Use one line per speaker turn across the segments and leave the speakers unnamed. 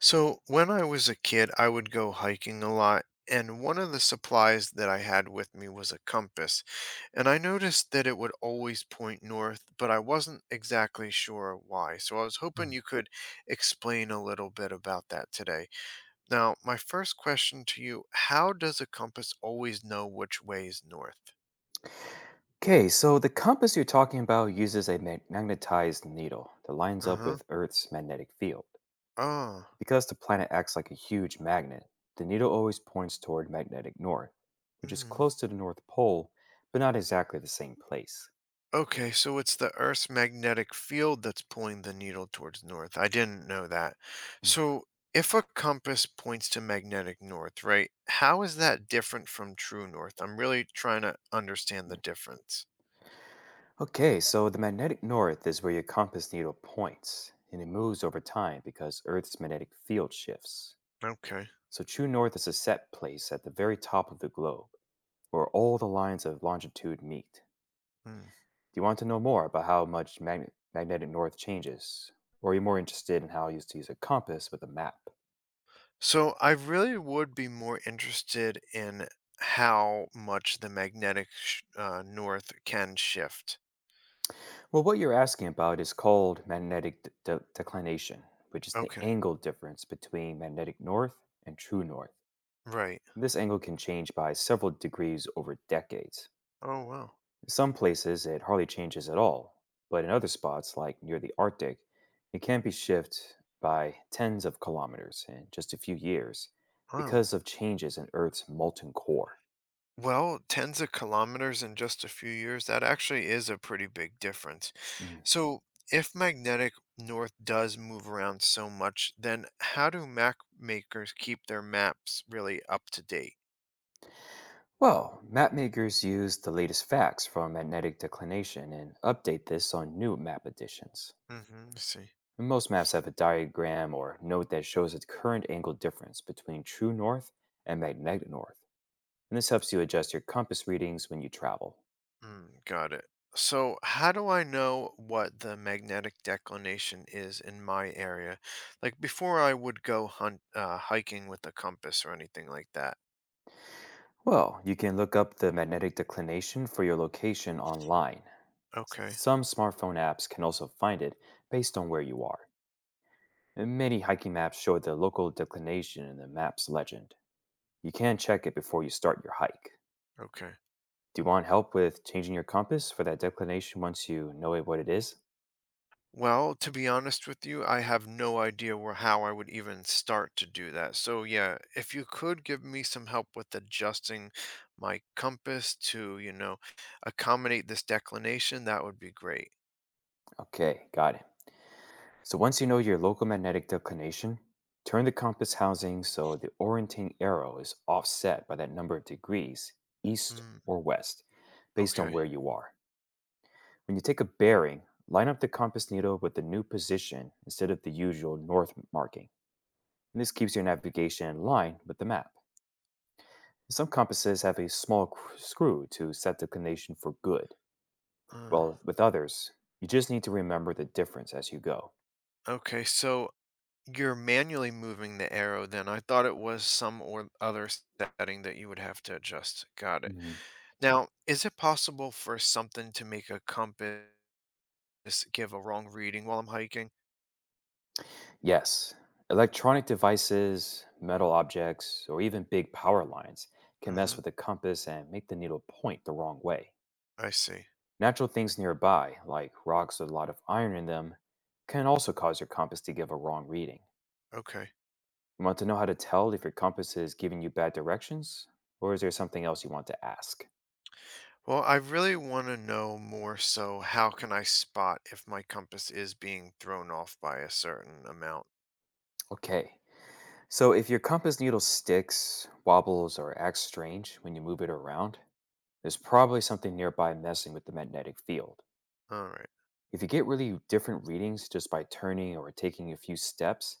So, when I was a kid, I would go hiking a lot, and one of the supplies that I had with me was a compass. And I noticed that it would always point north, but I wasn't exactly sure why. So, I was hoping you could explain a little bit about that today. Now, my first question to you, how does a compass always know which way is north?
Okay, so the compass you're talking about uses a magnetized needle that lines up
Uh-huh.
with Earth's magnetic field.
Oh.
Because the planet acts like a huge magnet, the needle always points toward magnetic north, which is close to the North Pole, but not exactly the same place.
Okay, so it's the Earth's magnetic field that's pulling the needle towards north. I didn't know that.
Mm.
So if a compass points to magnetic north, right, how is that different from true north? I'm really trying to understand the difference.
Okay, so the magnetic north is where your compass needle points, and it moves over time because Earth's magnetic field shifts.
Okay.
So true north is a set place at the very top of the globe, where all the lines of longitude meet.
Hmm.
Do you want to know more about how much magnetic north changes? Or are you more interested in how I used to use a compass with a map?
So I really would be more interested in how much the magnetic north can shift.
Well, what you're asking about is called magnetic declination, which is the
Okay.
angle difference between magnetic north and true north.
Right.
This angle can change by several degrees over decades.
Oh wow.
In some places, it hardly changes at all, but in other spots, like near the Arctic, it can be shifted by tens of kilometers in just a few years
Wow.
because of changes in Earth's molten core.
Well, tens of kilometers in just a few years, that actually is a pretty big difference.
Mm.
So if magnetic north does move around so much, then how do map makers keep their maps really up to date?
Well, map makers use the latest facts from magnetic declination and update this on new map editions.
Mm-hmm. See.
Most maps have a diagram or note that shows the current angle difference between true north and magnetic north, and this helps you adjust your compass readings when you travel.
Mm, got it. So, how do I know what the magnetic declination is in my area? Like before I would go hunt hiking with a compass or anything like that.
Well, you can look up the magnetic declination for your location online.
Okay,
Some smartphone apps can also find it based on where you are. And many hiking maps show the local declination in the map's legend. You can check it before you start your hike.
okay.
Do you want help with changing your compass for that declination once you know it, what it is?
Well, to be honest with you, I have no idea where how I would even start to do that. So, yeah, if you could give me some help with adjusting my compass to, accommodate this declination, that would be great.
Okay, got it. So once you know your local magnetic declination, turn the compass housing so the orienting arrow is offset by that number of degrees, east
Mm,
or west, based on
okay.
where you are. When you take a bearing, line up the compass needle with the new position instead of the usual north marking. And this keeps your navigation in line with the map. Some compasses have a small screw to set the condition for good,
Uh,
while with others, you just need to remember the difference as you go.
okay, so you're manually moving the arrow then. I thought it was some or other setting that you would have to adjust. Got it.
hmm
Now, is it possible for something to make a compass give a wrong reading while I'm hiking?
Yes, electronic devices, metal objects, or even big power lines can mess
Hmm.
with the compass and make the needle point the wrong way.
I see.
Natural things nearby, like rocks with a lot of iron in them, can also cause your compass to give a wrong reading.
Okay.
You want to know how to tell if your compass is giving you bad directions, or is there something else you want to ask?
Well, I really want to know more, so how can I spot if my compass is being thrown off by a certain amount?
Okay, so, if your compass needle sticks, wobbles, or acts strange when you move it around, there's probably something nearby messing with the magnetic field.
All right.
If you get really different readings just by turning or taking a few steps,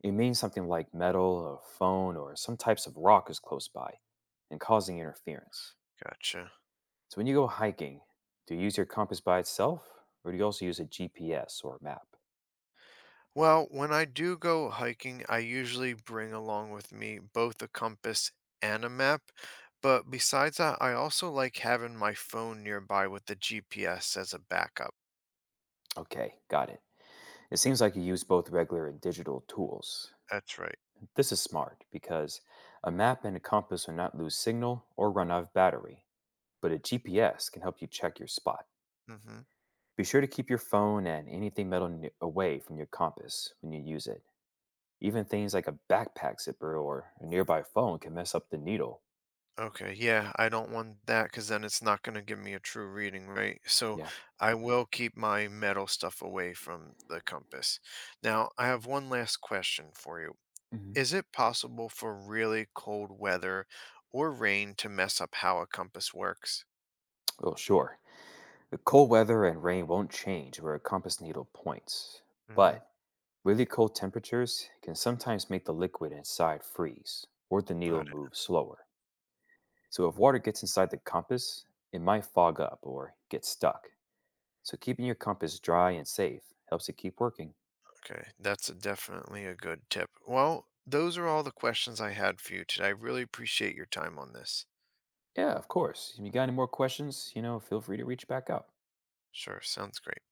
it means something like metal, a phone, or some types of rock is close by and causing interference.
Gotcha.
So, when you go hiking, do you use your compass by itself or do you also use a GPS or a map?
Well, when I do go hiking, I usually bring along with me both a compass and a map. But besides that, I also like having my phone nearby with the GPS as a backup.
Okay, got it. It seems like you use both regular and digital tools.
That's right.
This is smart because a map and a compass will not lose signal or run out of battery, but a GPS can help you check your spot.
Hmm.
Be sure to keep your phone and anything metal away from your compass when you use it. Even things like a backpack zipper or a nearby phone can mess up the needle.
Okay, yeah, I don't want that because then it's not going to give me a true reading, right? So
Yeah.
I will keep my metal stuff away from the compass. Now, I have one last question for you.
hmm
Is it possible for really cold weather or rain to mess up how a compass works?
Well, sure. The cold weather and rain won't change where a compass needle points,
Mm-hmm.
but really cold temperatures can sometimes make the liquid inside freeze or the
Got
needle
it.
move slower. So if water gets inside the compass, it might fog up or get stuck. So keeping your compass dry and safe helps it keep working.
Okay, that's a definitely a good tip. Well, those are all the questions I had for you today. I really appreciate your time on this.
Yeah, of course. If you got any more questions, feel free to reach back out.
Sure, sounds great.